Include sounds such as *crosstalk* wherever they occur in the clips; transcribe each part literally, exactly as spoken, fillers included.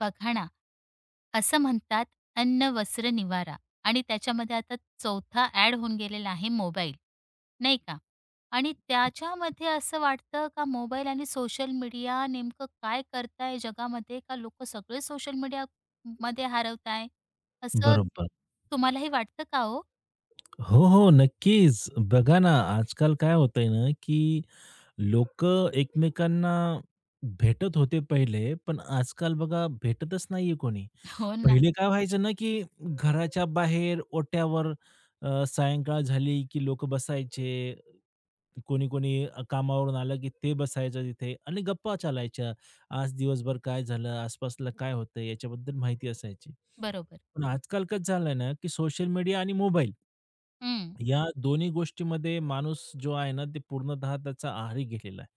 बघा ना, असं म्हणतात अन्न, वस्त्र, निवारा आणि त्याच्यामध्ये आता चौथा ॲड होऊन गेलेला आहे मोबाईल, नाही का? आणि त्याच्यामध्ये असं वाटतं का मोबाईल आणि सोशल मीडिया नेमकं काय करताय जगामध्ये? का लोकं सगळे सोशल मीडिया मध्ये हरवताय? असं बरोबर. तुम्हालाही वाटतं का हो? हो, हो. नक्कीच. बघा ना, आजकाल काय होतंय ना, की लोकं एकमेकांना भेटत होते पहिले, पण आजकाल बघा भेटतच नाहीये कोणी. हो ना. पहिले काय व्हायचं ना, की घराच्या बाहेर ओट्यावर अ, सायंकाळ झाली, की लोकं बसायचे. कोणी-कोणी कामावरून आलं, की ते बसायचं तिथे आणि गप्पा चालायच्या. आज दिवसभर काय झालं, आसपासला काय होतंय, याच्याबद्दल माहिती असायची. बरोबर. पण आजकाल कसं झालंय ना, की सोशल मीडिया आणि मोबाईल हं. या दोन्ही गोष्टीमध्ये माणूस जो आहे ना, ते पूर्णतः त्याचा आहारी गेलेला आहे.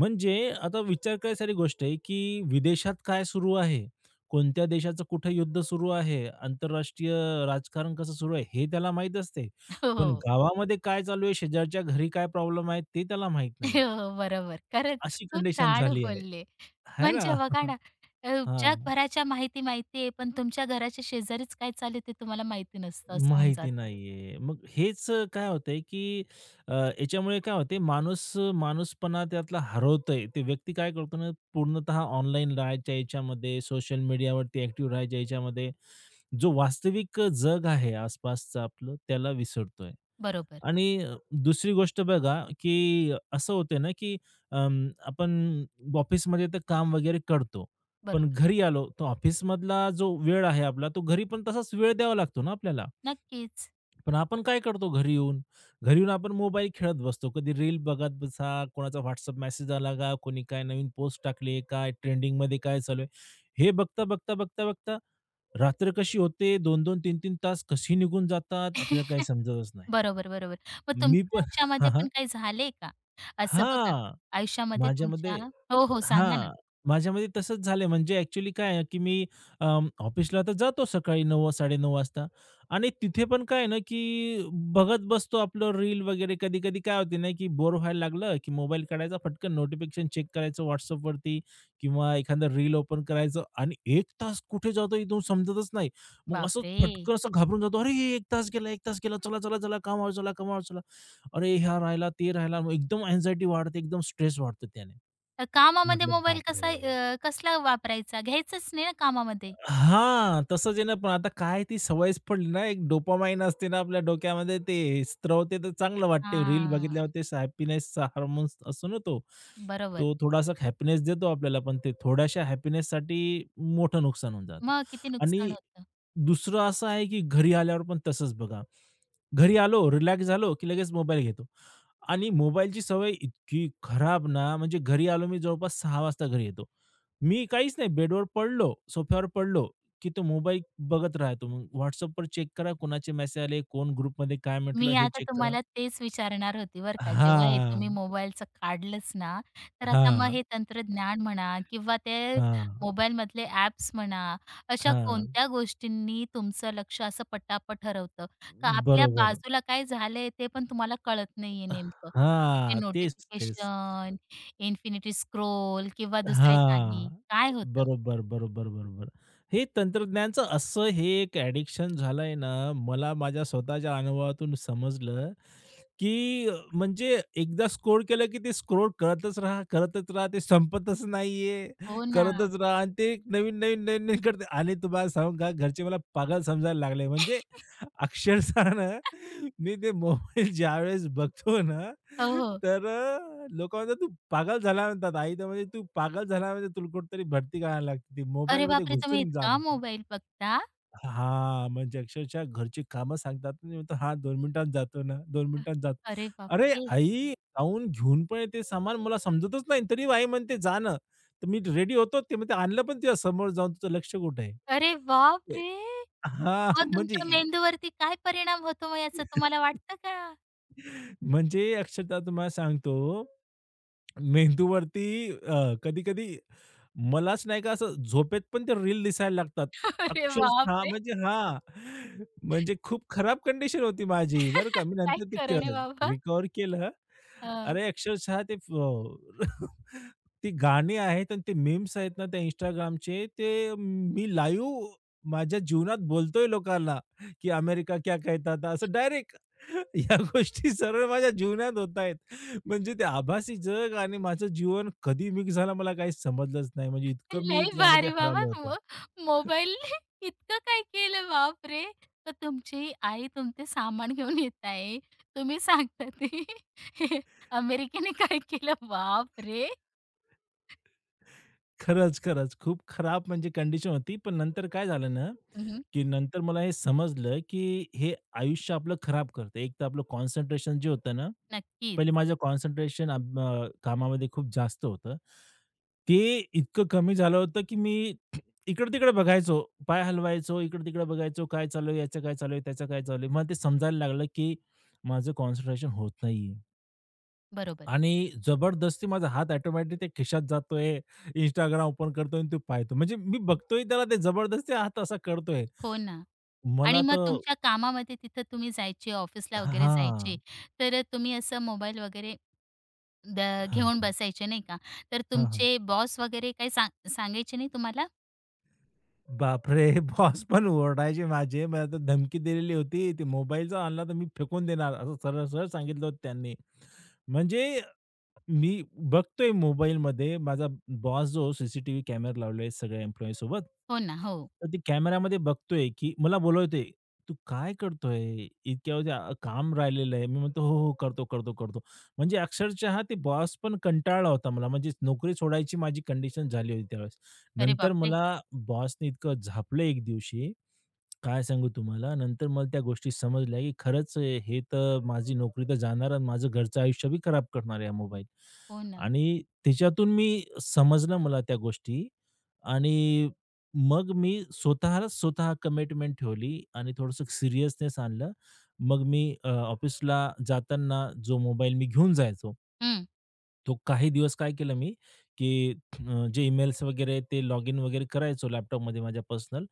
म्हणजे आता विचार करायसारी गोष्ट आहे, की विदेशात काय सुरू आहे? कोणत्या देशाचं कुठे युद्ध सुरू आहे? आंतरराष्ट्रीय राजकारण कसं सुरू आहे? हे त्याला माहीत असते. हो, पण हो. गावामध्ये काय चालू आहे? शेजारच्या घरी काय प्रॉब्लेम आहे? ते त्याला माहीत नाही *laughs* हो, होत. हो. बरोबर. खरंच अशी खूप कंडिशन छान झाली आहे. बोलले. आहे ना? म्हणजे बघा *laughs* ना, अ, हां. जगभराच्या माहिती माहिती आहे, पण तुमच्या घराच्या शेजारीच काय चालू आहे ते तुम्हाला माहिती नसतं, असं होऊन माहिती जातं. नाहीये. मग हेच अ, काय होतंय, की अ, याच्यामुळे काय होते माणूस अ, माणूसपणा त्यातला हरवतोय. ते व्यक्ती काय करतो ना, पूर्णतः ऑनलाईन राहायच्या याच्यामध्ये, सोशल मीडियावरती ॲक्टिव्ह राहायच्या याच्यामध्ये, जो वास्तविक जग आहे आसपासचं आपलं, त्याला विसरतोय. बरोबर, आणि अ, दुसरी गोष्ट बघा, की असं होते ना, की अं, आपण ऑफिसमध्ये तर काम वगैरे करतो. पण बरोबर. घरी आलो, तर ऑफिसमधला जो वेळ आहे आपला, तो घरी पण तसाच वेळ द्यावा लागतो ना आपल्याला. नक्कीच. पण आपण काय करतो घरी येऊन? घरी येऊन आपण मोबाईल खेळत बसतो. कधी रील बघत बसा, कोणाचा WhatsApp मेसेज आला का, कोणी काय नवीन पोस्ट टाकली, काय ट्रेंडिंगमध्ये काय चालू आहे. हे बघता, बघता, बघता, बघता रात्र कशी होते, दोन-दोन तीन-तीन तास कसे निघून जातात आपल्याला काही *laughs* समजतच नाही. बरोबर, बरोबर. मग मी तुमच्या पण *laughs* हां, आयुष्यामध्ये हां. पण काही झालंय का? असं बघा, आयुष्यामध्ये तुमच्या माझ्यामध्ये हो, हो. सांगा ना. हां, माझ्यामध्ये तसंच झालं म्हणजे ॲक्चुअली काय आहे, की मी अं, ऑफिसला तर जातो सकाळी नऊ-साडे नऊ वाजता आणि तिथे पण काय आहे ना, की बघत बसतो आपलं रील वगैरे. कधी-कधी काय होते ना, की बोर व्हायला लागलं, की मोबाईल काढायचा, पटकन नोटिफिकेशन चेक करायचं WhatsAppवरती किंवा एखादं रील ओपन करायचं आणि एक तास कुठे जातो इथून समजतच नाही. मग असं बापरे! फटकन असं घाबरून जातो, "अरे! एक तास गेला, एक तास गेला. चला, चला, चला कामावर चला, कामावर चला." अरे, हा राहिला, ते राहिला. मग एकदम अँक्झायटी वाढते, एकदम स्ट्रेस वाढतो त्याने. अ, कामामध्ये म्हटलं मोबाईल कसा बापरे! अ, कसला वापरायचा? घ्यायचाच नाही ना कामामध्ये? हां, तसंच आहे ना, पण आता काय ती सवयच पडली ना, एक डोपामाइन असते ना आपल्या डोक्यामध्ये, ते स्त्रवते तर चांगलं वाटते. रील बघितल्यावर हां. ते हॅपीनेसचा हार्मोन्स असतो ना तो, बरोबर. तो थोडासा हॅपीनेस देतो आपल्याला, पण ते थोड्याशा हॅपीनेससाठी मोठं नुकसान होऊन जातं. मग किती नुकसान आणि होतं. दुसरं असं आहे, की घरी आल्यावर पण तसंच बघा. घरी आलो, रिलॅक्स झालो, की लगेच मोबाईल घेतो. आणि मोबाईलची सवय इतकी खराब ना, म्हणजे घरी आलो मी जवळपास सहा वाजता घरी येतो. मी काहीच नाही बेडवर पडलो, सोफ्यावर पडलो, की तो मोबाईल बघत राहतो. मग WhatsAppवर चेक करा कोणाचे मेसेज आले, कोण ग्रुपमध्ये काय म्हटलं मी हे आता चेक करा. तुम्हाला तेच विचारणार होती बरं का. जेव्हा हे तुम्ही हां, मोबाईलचं काढलंच ना, तर आता मग हां, हे तंत्रज्ञान म्हणा किंवा ते हां, मोबाईलमधले ॲप्स म्हणा, अशा हां. कोणत्या गोष्टींनी तुमचं लक्ष असं पटापट हरवतं? का आपल्या बरोबर. बाजूला काय झालंय ते पण तुम्हाला कळत नाहीये नेमकं? त्याचे हां, तेच, तेच. नोटिफिकेशन, इन्फिनिटी स्क्रोल किंवा दुसरे काही. हां. काय होतं? बरोबर, बरोबर, बरोबर. हे तंत्रज्ञानचं असं हे एक ॲडिक्शन झालंय ना, मला माझ्या स्वतःच्या अनुभवातून समजलं की म्हणजे एकदा स्क्रोल केलं, की ते स्क्रोल करतच राहा, करतच राहा. ते संपतच नाहीये, हो ना. करतच राहा आणि ते नवीन-नवीन, नवीन-नवीन करते आणि तुम्हाला सांगू का घरचे मला पागल समजायला लागले. म्हणजे *laughs* अक्षरशः ना मी ते मोबाईल ज्यावेळेस बघतो ना, हो, हो. तर अ, लोकं म्हणतात, "तू पागल झाला" म्हणतात. आई तर म्हणजे, "तू पागल झाला म्हणजे तुला कुठेतरी भरती करायला लागते. अरे मोबाईलमध्ये बापरे! तुम्ही घुसून जा." इतका म्हणते. मोबाईल बघता? हां, म्हणजे अक्षरशः घरची कामं सांगतात मी म्हणतो, "हां, दोन मिनिटात जातो ना, दोन मिनिटात जातो." अरे अरे बापरे! आई, जाऊन घेऊन पण येते सामान मला समजतच नाही. तरी आई म्हणते, "जा ना." तर मी रेडी होतो. ते म्हणते, "आणलं पण तुझ्या समोर जाऊन तुझं लक्ष कुठे आहे?" अरे ते बापरे! हां, मग म्हणजे तुमच्या इ- मेंदूवरती काय परिणाम होतो मग याचा तुम्हाला वाटतं का? म्हणजे अक्षरशः तुम्हाला सांगतो, मेंदूवरती अ, कधी-कधी मलाच नाही का असं झोपेत पण ते रील दिसायला लागतात. *laughs* अरे बाप अक्षरशः रे, म्हणजे हां, म्हणजे खूप खराब कंडिशन होती माझी बरं का. *laughs* मी काय नंतर ते क करणे बाबा. रिकव्हर केलं. हं. अरे अक्षरशः ते अ, *laughs* ती गाणी आहेत आणि ते मेम्स आहेत ना त्या Instagramचे ते मी लाईव्ह माझ्या जीवनात बोलतोय लोकांना, की "अमेरिका क्या कहता था" असं डायरेक्ट. *laughs* या गोष्टी सरळ माझ्या जीवनात होत आहेत. म्हणजे ते आभासी जग आणि माझं जीवन कधी मिक्स झालं मला काही समजलंच नाही. म्हणजे इतकं मी लई त्यामध्ये भारी बाबा हरवलं होतो. मो मोबाईलने *laughs* इतकं काय केलं बापरे! तर तुमची आई तुमचे सामान घेऊन येत आहे. तुम्ही सांगता ते *laughs* अमेरिकेने काय केलं बापरे! खरंच, खरंच. खूप खराब म्हणजे कंडिशन होती. पण नंतर काय झालं ना, हं, हं. की नंतर मला हे समजलं, की हे आयुष्य आपलं खराब करतं. एक तर आपलं कॉन्सन्ट्रेशन जे होतं ना, नक्कीच. पहिले माझं कॉन्सन्ट्रेशन कामामध्ये खूप जास्त होतं. ते इतकं कमी झालं होतं, की मी इकडं-तिकडं बघायचो, पाय हलवायचो, इकडं-तिकडं बघायचो, काय चालू आहे, याचं काय चालू आहे, त्याचं काय चालू आहे. मला ते समजायला लागलं, की माझं कॉन्सन्ट्रेशन होत नाहीये. बरोबर. आणि जबरदस्ती माझा हात ऑटोमॅटिक त्या खिशात जातोय. Instagram ओपन करतोय आणि ते पाहतो. म्हणजे मी बघतोय त्याला ते जबरदस्ती हात असा करतोय. हो ना. आणि मला मग तर तुमच्या कामामध्ये तिथं तुम्ही जायचे, ऑफिसला वगैरे जायचे, हां. तर तुम्ही असं मोबाईल वगैरे द हां, घेऊन बसायचे नाही का? तर हां, हां. तुमचे बॉस वगैरे काही सांग सांगायचे नाही तुम्हाला? बापरे! *laughs* बॉस पण ओरडायचे माझे. मला तर धमकी दिलेली होती. ते मोबाईल जर आणला तर मी फेकून देणार असं सरळ-सरळ सांगितलं होतं त्यांनी. म्हणजे मी बघतोय मोबाईलमध्ये माझा बॉस जो सीसीटीव्ही कॅमेरा लावले सगळ्या एम्प्लॉई सोबत. हो ना, हो. तर ते कॅमेरामध्ये बघतोय, की मला बोलवतोय, "तू काय करतोय? इतक्या वेळ अ, काम राहिलेलं आहे." मी म्हणतो, "हो, हो. करतो, करतो, करतो." म्हणजे अक्षरशः ते बॉस पण कंटाळला होता मला. म्हणजे नोकरी सोडायची माझी कंडिशन झाली होती त्यावेळेस. अरे नंतर बापरे! मला बॉसने इतकं झापलं एक दिवशी काय सांगू तुम्हाला, नंतर मला त्या गोष्टी समजल्या, की खरंच हे तर माझी नोकरी तर जाणार आणि माझं घरचं आयुष्य बी खराब करणार आहे हा मोबाईल. हो ना. आणि त्याच्यातून मी समजलं मला त्या गोष्टी आणि मग मी स्वतःलाच स्वतः कमिटमेंट ठेवली आणि थोडंसं सीरियसनेस आणलं. मग मी अ, ऑफिसला जाताना जो मोबाईल मी घेऊन जायचो हं. तो काही दिवस काय केलं मी, की अ, जे ईमेल्स वगैरे ते लॉग इन वगैरे करायचो लॅपटॉपमध्ये माझ्या पर्सनल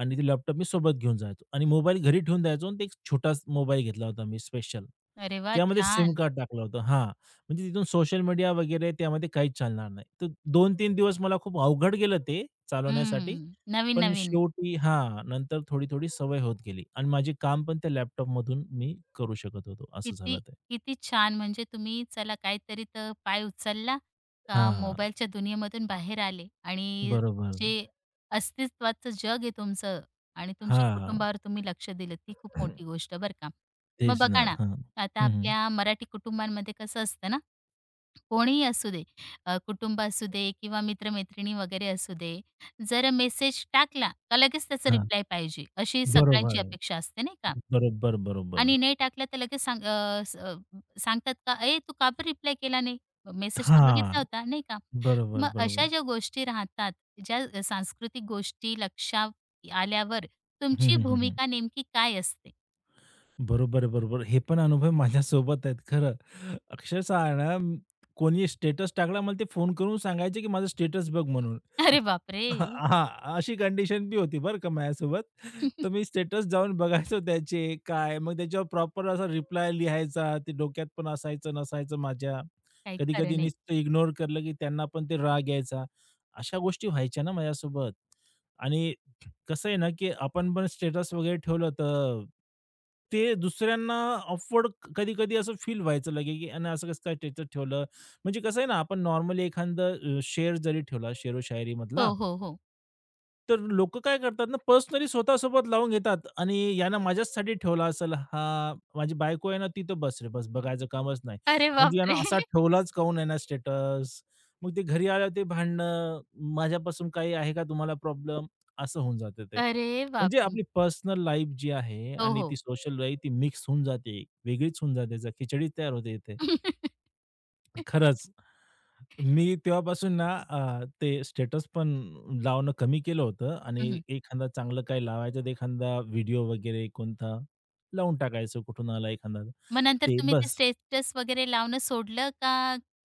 आणि ते लॅपटॉप मी सोबत घेऊन जायचो आणि मोबाईल घरी ठेवून द्यायचो आणि ते एक छोटा मोबाईल घेतला होता मी स्पेशल. अरे वा त्यामध्ये सिम छान. कार्ड टाकलं होतं हां, म्हणजे तिथून सोशल मीडिया वगैरे त्यामध्ये काहीच चालणार नाही. तर दोन-तीन दिवस मला खूप अवघड गेलं ते चालवण्यासाठी. हं. पण नवीन-नवीन. शेवटी हां, नंतर थोडी-थोडी सवय होत गेली आणि माझे काम पण त्या लॅपटॉपमधून मी करू शकत होतो. असं झालं किती ते. किती छान! म्हणजे तुम्ही चला काहीतरी तर पाय उचलला का हां, मोबाईलच्या दुनियेमधून बाहेर आले आणि बरोबर. जे अस्तित्वाचं जग आहे तुमचं आणि तुमच्या हां. कुटुंबावर तुम्ही लक्ष दिलं ती खूप मोठी गोष्ट बरं का. मग तेच ना. बघा ना, हां. आता हं, हं. आपल्या मराठी कुटुंबांमध्ये कसं असतं ना, कोणीही असू दे, अ, कुटुंब असू दे किंवा मित्र वगैरे असू दे, जर मेसेज टाकला का लगेच त्याचा हां. रिप्लाय पाहिजे, अशी बरोबर सगळ्यांची आहे. अपेक्षा असते नाही का? बरोबर, बरोबर. आणि नाही टाकला तर लगेच सांग अ, स अ, सांगतात का, "ए, तू का बरं रिप्लाय केला नाही? मेसेज तर बघितला हां. होता." नाही का? बरोबर, मग अशा बरोबर. ज्या गोष्टी राहतात, ज्या सांस्कृतिक गोष्टी लक्षात आल्यावर हं, तुमची हं, हं, हं. भूमिका नेमकी काय असते? बरोबर आहे, बरोबर. हे पण अनुभव माझ्यासोबत आहेत खरं. अक्षरशः आहे ना, म, कोणी स्टेटस टाकला मला ते फोन करून सांगायचे, की माझं स्टेटस बघ म्हणून. अरे बापरे! हां, अशी कंडिशन बी होती बरं का माझ्यासोबत. तर मी *laughs* स्टेटस जाऊन बघायचो त्याचे काय, मग त्याच्यावर प्रॉपर असा रिप्लाय लिहायचा. ते डोक्यात पण असायचं, नसायचं माझ्या. काही खरं कधी-कधी नाही. नुसतं इग्नोर केलं, की त्यांना पण ते राग यायचा. अशा गोष्टी व्हायच्या ना माझ्यासोबत आणि कसं आहे ना, की आपण पण स्टेटस वगैरे ठेवलं तर ते दुसऱ्यांना ऑफवर्ड कधी-कधी असं फील व्हायचं लगे, की "आणि असं कसं काय स्टेटस ठेवलं?" म्हणजे कसं आहे ना, आपण नॉर्मली एखादं अ, शेर जरी ठेवला शेरो शायरीमधला हो, हो, हो. तर लोकं काय करतात ना, पर्सनली स्वतःसोबत लावून घेतात आणि यानं माझ्याचसाठी ठेवला असेल हा, माझी बायको आहे ना, ती तर बस रे बस, बघायचं कामच नाही. अरे म्हणजे बापरे! यानं असा *laughs* ठेवलाच काऊन आहे ना स्टेटस. मग ते घरी आल्यावर ते भांडणं, माझ्यापासून काही आहे का तुम्हाला प्रॉब्लेम? असं होऊन जातं ते. अरे म्हणजे बापरे! आपली पर्सनल लाईफ जी आहे हो, आणि हो. ती सोशल लाईफ ती मिक्स होऊन जाते, वेगळीच होऊन जाते, जर खिचडीच तयार होते इथे. *laughs* खरंच. मी तेव्हापासून ना अ, ते स्टेटस पण लावणं कमी केलं होतं आणि हं, एखादा चांगलं काही लावायचं तर एखादा व्हिडिओ वगैरे कोणता लावून टाकायचं कुठून आला एखादा. मग नंतर ते तुम्ही ते बस. स्टेटस वगैरे लावणं सोडलं का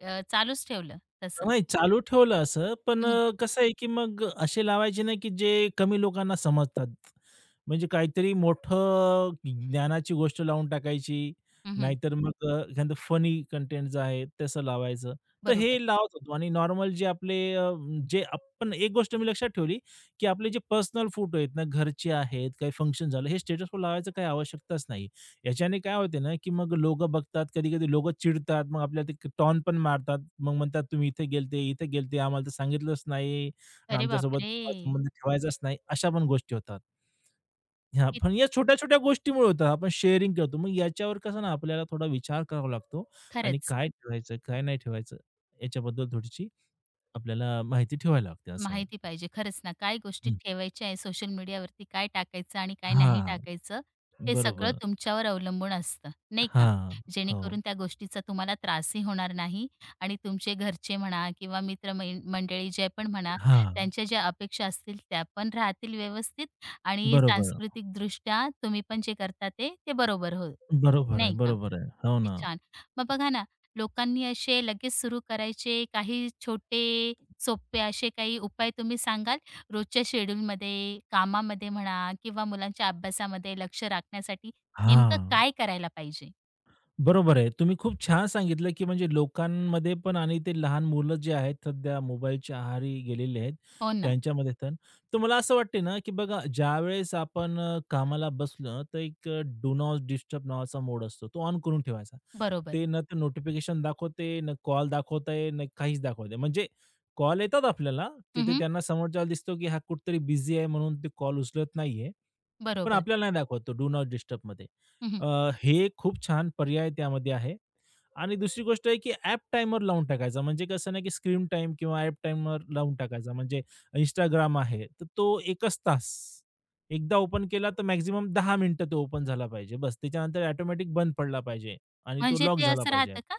अ, चालूच ठेवलं तसं? नाही चालू ठेवलं असं, पण हं, हं. अ, कसं आहे, की मग असे लावायचे नाही, की जे कमी लोकांना समजतात. म्हणजे काहीतरी मोठं ज्ञानाची गोष्ट लावून टाकायची. नाहीतर मग अ, एखादं फनी कंटेंट जे आहे तसं लावायचं. तर बरोबर. हे लावत होतो आणि नॉर्मल जे आपले अ, जे आपण एक गोष्ट मी लक्षात ठेवली, की आपले जे पर्सनल फोटो आहेत ना, घरचे आहेत, काही फंक्शन झालं, हे स्टेटसवर लावायचं काही आवश्यकताच नाही. याच्याने काय होते ना, की मग लोकं बघतात, कधी-कधी लोकं चिडतात. मग आपल्याला ते टॉन्ट पण मारतात. मग म्हणतात, "तुम्ही इथे गेलते, इथे गेलते, आम्हाला तर सांगितलंच नाही आणि अरे आमच्यासोबत बापरे! संबंध ठेवायचाच नाही." अशा पण गोष्टी होतात. हां, की पण या छोट्या-छोट्या गोष्टीमुळे होतात. आपण शेअरिंग करतो. मग याच्यावर कसं ना आपल्याला थोडा विचार करावा लागतो आणि खरंच काय ठेवायचं, काय नाही ठेवायचं, याच्याबद्दल थोडीशी आपल्याला माहिती ठेवायला लागते. असं आहे. माहिती पाहिजे. खरंच ना, काय गोष्टी हं. ठेवायच्या आहे सोशल मीडियावरती, काय टाकायचं आणि काय नाही हां, टाकायचं, हे सगळं बरोबर. तुमच्यावर अवलंबून असतं, नाही का? हां, हो. जेणेकरून त्या गोष्टीचा तुम्हाला त्रासही होणार नाही आणि तुमचे घरचे म्हणा किंवा मित्रमैन मंडळी जे पण म्हणा, हां, त्यांच्या ज्या अपेक्षा असतील त्या पण राहतील व्यवस्थित आणि बरोबर. सांस्कृतिकदृष्ट्या तुम्ही पण जे करता ते, ते बरोबर होईल, बरोबर आहे, नाही का? बरोबर आहे. हो किती ना. छान. मग बघा ना, लोकांनी असे लगेच सुरू करायचे काही छोटे, सोपे असे काही उपाय तुम्ही सांगाल? रोजच्या शेड्यूलमध्ये, कामामध्ये म्हणा किंवा मुलांच्या अभ्यासामध्ये लक्ष राखण्यासाठी नेमकं हां, काय करायला पाहिजे? बरोबर आहे. तुम्ही खूप छान सांगितलं, की म्हणजे लोकांमध्ये पण आणि ते लहान मुलं जे आहेत सध्या मोबाईलच्या आहारी गेलेले आहेत, हो ना. त्यांच्यामध्ये तर. तर मला असं वाटते ना, की बघा ज्यावेळेस आपण अ, कामाला बसलो तर एक अ, डू नॉट डिस्टर्ब नावाचा मोड असतो. तो ऑन करून ठेवायचा. बरोबर. ते न ते नोटिफिकेशन दाखवते, ना कॉल दाखवत आहे, ना काहीच दाखवत म्हणजे कॉल येतात आपल्याला, हं, तिथे हं. त्यांना समोरच्याला दिसतो, की हा कुठेतरी बिझी आहे म्हणून ते कॉल उचलत नाहीये. पण बरोबर. आपल्याला नाही दाखवत तो डू नॉट डिस्टर्बमध्ये. हं, अ, हे खूप छान पर्याय त्यामध्ये आहे. आणि दुसरी गोष्ट आहे की ॲप टाइमर लावून टाकायचा. म्हणजे कसं ना की स्क्रीन टाईम किंवा ॲप टाइमर लावून टाकायचा. म्हणजे Instagram आहे, तर तो 1च तास. एकदा ओपन केला तर मॅक्सिमम दहा मिनिटं तो ओपन झाला पाहिजे. बस त्याच्यानंतर ऑटोमॅटिक बंद पडला पाहिजे आणि तो म्हणजे लॉक ते झाला असं पाहिजे. राहतं का?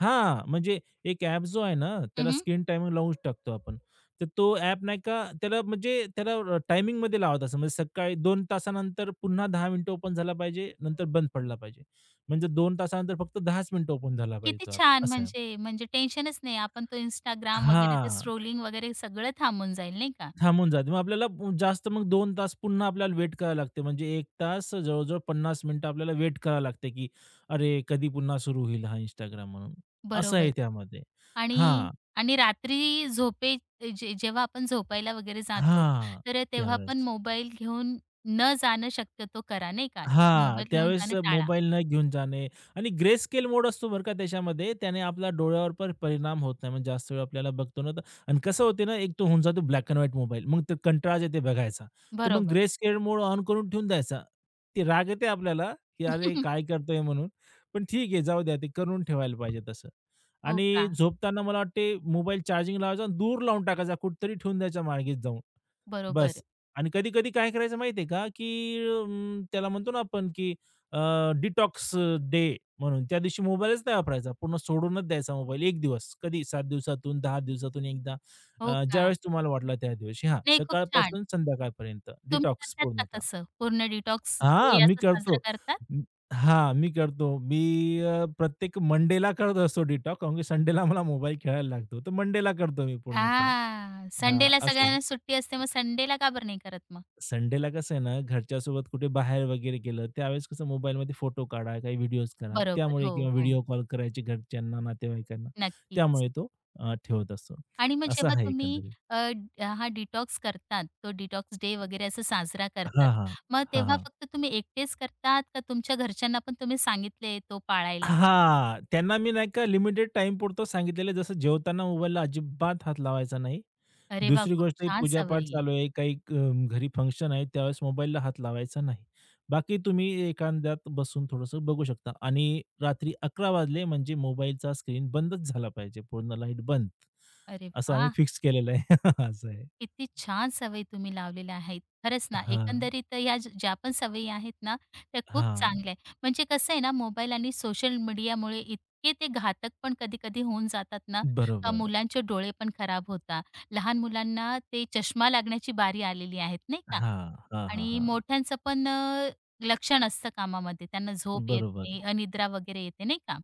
हां, म्हणजे एक ॲप जो आहे ना, त्याला हं, स्क्रीन टायमिंग लावून टाकतो आपण. तर तो ॲप नाही का त्याला म्हणजे त्याला अ, टायमिंगमध्ये लावत असं म्हणजे सकाळी दोन तासानंतर पुन्हा दहा मिनिटं ओपन झाला पाहिजे, नंतर बंद पडला पाहिजे. म्हणजे दोन तासानंतर फक्त 10च मिनिटं ओपन झाला पाहिजे किती तो ॲप छान. असं आहे. म्हणजे म्हणजे टेन्शनच नाही. आपण तो Instagram वगैरे ते हां, स्क्रोलिंग वगैरे सगळं थांबून जाईल नाही का? थांबून जाते. मग आपल्याला पु- जास्त मग दोन तास पुन्हा आपल्याला वेट करायला लागते. म्हणजे एक तास जवळ-जवळ पन्नास मिनिटं आपल्याला वेट करावं लागते, की अरे, कधी पुन्हा सुरू होईल हा Instagram म्हणून. असं आहे बरोबर. त्यामध्ये. आणि हां, आणि रात्री झोपे जे जेव्हा आपण झोपायला वगैरे जातो, हां, तर तेव्हा पण त्यावेळेस. मोबाईल घेऊन न जाणं शक्यतो करा, नाही का? हां, मोबाईल घेऊन त्यावेळेस जाणं टाळा. मोबाईल न घेऊन जाणे आणि ग्रे स्केल मोड असतो बरं का त्याच्यामध्ये. त्याने आपल्या डोळ्यावर पण परिणाम होत नाही. म्हणजे जास्त वेळ आपल्याला बघतो ना तर आणि कसं होते ना, एक तो होऊन जातो ब्लॅक अँड व्हाईट मोबाईल. मग ते कंटाळाच येते बघायचा. तर मग बरोबर. ग्रे स्केल मोड ऑन करून ठेवून द्यायचा. ते राग येते आपल्याला, की "अरे, काय *laughs* करतोय?" म्हणून. पण ठीक आहे, जाऊ द्या ते करून ठेवायला पाहिजे तसं. हो का? आणि झोपताना मला वाटते मोबाईल चार्जिंग लावायचा आणि दूर लावून टाकायचा, कुठेतरी ठेवून द्यायचा मार्गीच जाऊन. बरोबर. बस. आणि कधी-कधी काय करायचं माहिती का, की अं, त्याला म्हणतो ना आपण, की डिटॉक्स डे म्हणून त्या दिवशी मोबाईलच नाही वापरायचा. पूर्ण सोडूनच द्यायचा मोबाईल एक दिवस. कधी सात दिवसातून, दहा दिवसातून एकदा हो अ, का? ज्यावेळेस तुम्हाला वाटला त्या दिवशी. हां, नाही खूप छान. सकाळपासून संध्याकाळपर्यंत तुम्ही डिटॉक्स करतात का पूर्णतः. तसं? पूर्ण डिटॉक्स हां, डे मी असं करतो. साजरा करतात? अं, हां, मी करतो. मी अ, प्रत्येक मंडेला करत असतो डिटॉक. कारण की संडेला मला मोबाईल खेळायला लागतो. तर मंडेला करतो मी पूर्णतः. हां. हां, संडेला असं आहे. सगळ्यांना सुट्टी असते, मग संडेला का बरं नाही करत मग? संडेला कसं आहे ना, घरच्यासोबत कुठे बाहेर वगैरे गेलं, त्यावेळेस कसं मोबाईलमध्ये फोटो काढा, काही व्हिडिओज करा. बरोबर. त्यामुळे हो, किंवा हो. व्हिडिओ कॉल करायचे घरच्यांना, नातेवाईकांना. नक्कीच. त्यामुळे तो अ, ठेवत असतो. आणि मग असं जेव्हा आहे तुम्ही एकंदरीत. अ, ड- हा डिटॉक्स करतात, तो डिटॉक्स डे वगैरे असं साजरा हां, करतात. हां. मग हां, तेव्हा हां. फक्त तुम्ही एकटेच करतात का तुमच्या घरच्यांना पण तुम्ही सांगितले तो पाळायला? हां. त्यांना मी नाही का लिमिटेड टाईमपुरतं सांगितलेलं जसं जेवताना मोबाईलला अजिबात हात लावायचा नाही. अरे वाह! दुसरी खूप गोष्ट ही छान सवय पूजापाठ आहे. चालू आहे, काही अ, घरी फंक्शन आहे, त्यावेळेस मोबाईलला हात लावायचा नाही. बाकी तुम्ही एकांतात बसून थोडंसं बघू शकता आणि रात्री अकरा वाजले म्हणजे मोबाईलचा स्क्रीन बंदच झाला पाहिजे, पूर्ण लाईट बंद. अरे असं आम्ही वाह! फिक्स केलेलं आहे. *laughs* असं आहे. किती छान सवयी तुम्ही लावलेल्या आहेत. खरंच ना, हां, एकंदरीत या ज- ज्या पण सवयी आहेत ना, त्या खूप हां. चांगल्या आहेत. म्हणजे कसं आहे ना, मोबाईल आणि सोशल मीडियामुळे इतके ते घातक पण कधी-कधी होऊन जातात ना, का बरोबर. मुलांचे डोळे पण खराब होता, लहान मुलांना ते चष्मा लागण्याची बारी आलेली आहे, नाही का? हां, हां, हां, आणि हां. मोठ्यांचं पण अ, लक्षण असतं कामामध्ये. त्यांना झोप येत बरोबर, नाही, अनिद्रा वगैरे येते, नाही का?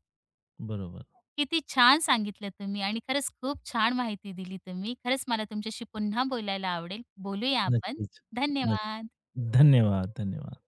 बरोबर. किती छान सांगितलं तुम्ही आणि खरंच खूप छान माहिती दिली तुम्ही. खरंच मला तुमच्याशी पुन्हा बोलायला आवडेल. बोलूया आपण. नक्कीच. धन्यवाद. नक्की. धन्यवाद, धन्यवाद.